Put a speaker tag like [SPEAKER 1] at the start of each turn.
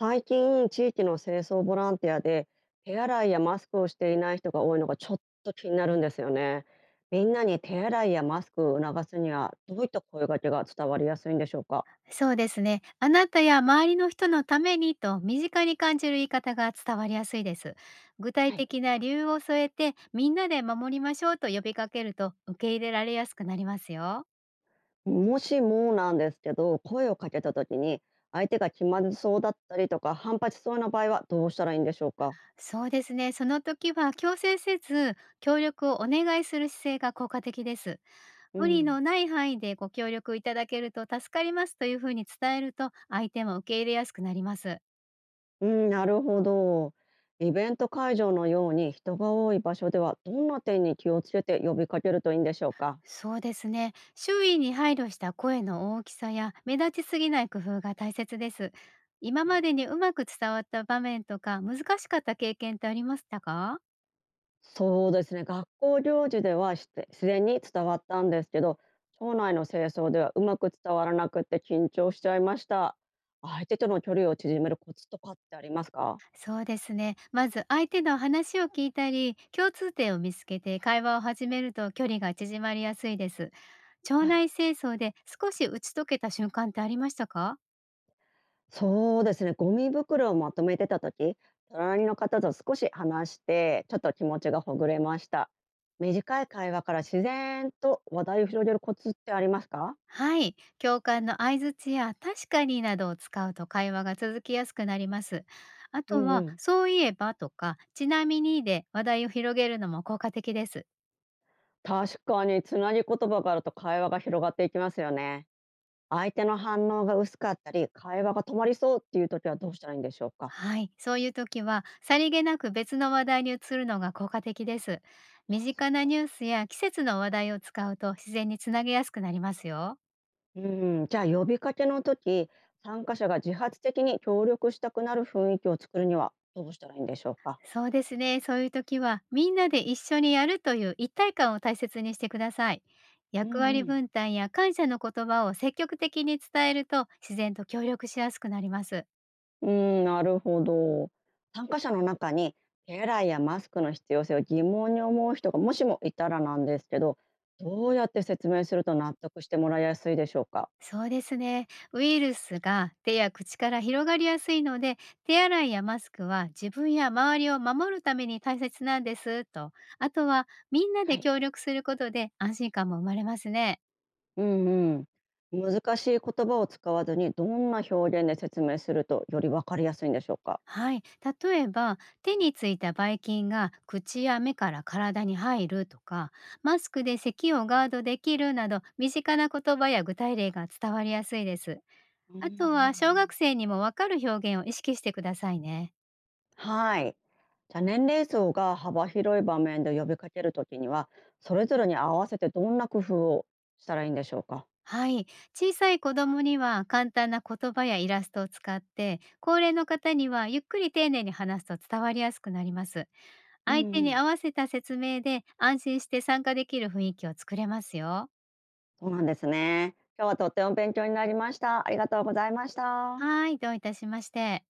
[SPEAKER 1] 最近、地域の清掃ボランティアで、手洗いやマスクをしていない人が多いのがちょっと気になるんですよね。みんなに手洗いやマスクを促すには、どういった声掛けが伝わりやすいんでしょうか。
[SPEAKER 2] そうですね。あなたや周りの人のためにと身近に感じる言い方が伝わりやすいです。具体
[SPEAKER 1] はい。
[SPEAKER 2] 的な理由を添えて、みんなで守りましょうと呼びかけると受け入れられやすくなりますよ。
[SPEAKER 1] もしもなんですけど、声をかけた時に、相手が気まずそうだったりとか、反発しそうな場合はどうしたらいいんでしょうか。
[SPEAKER 2] そうですね。その時は強制せず、協力をお願いする姿勢が効果的です。
[SPEAKER 1] う
[SPEAKER 2] 無理
[SPEAKER 1] ん。
[SPEAKER 2] のない範囲でご協力いただけると助かりますというふうに伝えると、相手も受け入れやすくなります。
[SPEAKER 1] うん、なるほど。イベント会場のように人が多い場所では、どんな点に気をつけて呼びかけるといいんでしょうか。
[SPEAKER 2] そうですね。周囲に配慮した声の大きさや目立ちすぎない工夫が大切です。今までにうまく伝わった場面とか難しかった経験ってありましたか？
[SPEAKER 1] そうですね、学校行事ではして自然に伝わったんですけど、町内の清掃ではうまく伝わらなくって緊張しちゃいました。相手との距離を縮めるコツとかってありますか。
[SPEAKER 2] そうですね。まず相手の話を聞いたり、共通点を見つけて会話を始めると距離が縮まりやすいです。腸
[SPEAKER 1] はい。
[SPEAKER 2] 内清掃で少し打ち解けた瞬間ってありましたか？
[SPEAKER 1] そうですね、ゴミ袋をまとめてた時、隣の方と少し話して、ちょっと気持ちがほぐれました。短い会話から自然と話題を広げるコツってありますか。
[SPEAKER 2] はい、共感の相槌や「確かに」などを使うと会話が続きやすくなります。あ
[SPEAKER 1] う
[SPEAKER 2] と
[SPEAKER 1] んう
[SPEAKER 2] は
[SPEAKER 1] ん。
[SPEAKER 2] 「そういえば」とか「ちなみに」で話題を広げるのも効果的です。
[SPEAKER 1] 確かにつなぎ言葉があると会話が広がっていきますよね。相手の反応が薄かったり、会話が止まりそうっていう時はどうしたらいいんでしょうか？
[SPEAKER 2] はい、そういう時はさりげなく別の話題に移るのが効果的です。身
[SPEAKER 1] あそ
[SPEAKER 2] 近なニュースや季節の話題を使うと自然につなげやすくなりますよ。
[SPEAKER 1] う。うん、じゃあ呼びかけの時、参加者が自発的に協力したくなる雰囲気を作るにはどうしたらいいんでしょうか？
[SPEAKER 2] そうですね。そういう時は、みんなで一緒にやるという一体感を大切にしてください。
[SPEAKER 1] うん
[SPEAKER 2] 役割
[SPEAKER 1] うん。
[SPEAKER 2] 分担や感謝の言葉を積極的に伝えると、自然と協力しやすくなります。
[SPEAKER 1] うん、なるほど。参加者の中に手洗いやマスクの必要性を疑問に思う人がもしもいたらなんですけど、どうやって説明すると納得してもらいやすいでしょうか？
[SPEAKER 2] そうですね。ウイルスが手や口から広がりやすいので、手洗いやマスクは自分や周りを守るために大切なんですと、あとはみんな
[SPEAKER 1] は
[SPEAKER 2] で
[SPEAKER 1] い。
[SPEAKER 2] 協力することで安心感も生まれますね。
[SPEAKER 1] うんうん。難しい言葉を使わずにどんな表現で説明するとより分かりやすいんでしょうか。
[SPEAKER 2] はい、例えば手についたばい菌が口や目から体に入るとか、マスクで咳をガードできるなど、身近な言葉や具体例が伝わりやすいです。
[SPEAKER 1] うんうんう
[SPEAKER 2] あとは小学
[SPEAKER 1] ん。
[SPEAKER 2] 生にもわかる表現を意識してくださいね。
[SPEAKER 1] はい。じゃあ年齢層が幅広い場面で呼びかけるときにはそれぞれに合わせてどんな工夫をしたらいいんでしょうか。
[SPEAKER 2] はい、小さい子供には簡単な言葉やイラストを使って、高齢の方にはゆっくり丁寧に話すと伝わりやすくなります。
[SPEAKER 1] う
[SPEAKER 2] 相
[SPEAKER 1] ん
[SPEAKER 2] 手
[SPEAKER 1] う
[SPEAKER 2] に
[SPEAKER 1] ん。
[SPEAKER 2] 合わせた説明で安心して参加できる雰囲気を作れますよ。
[SPEAKER 1] そうなんですね。今日はとっても勉強になりました。ありがとうございました。
[SPEAKER 2] はい、どういたしまして。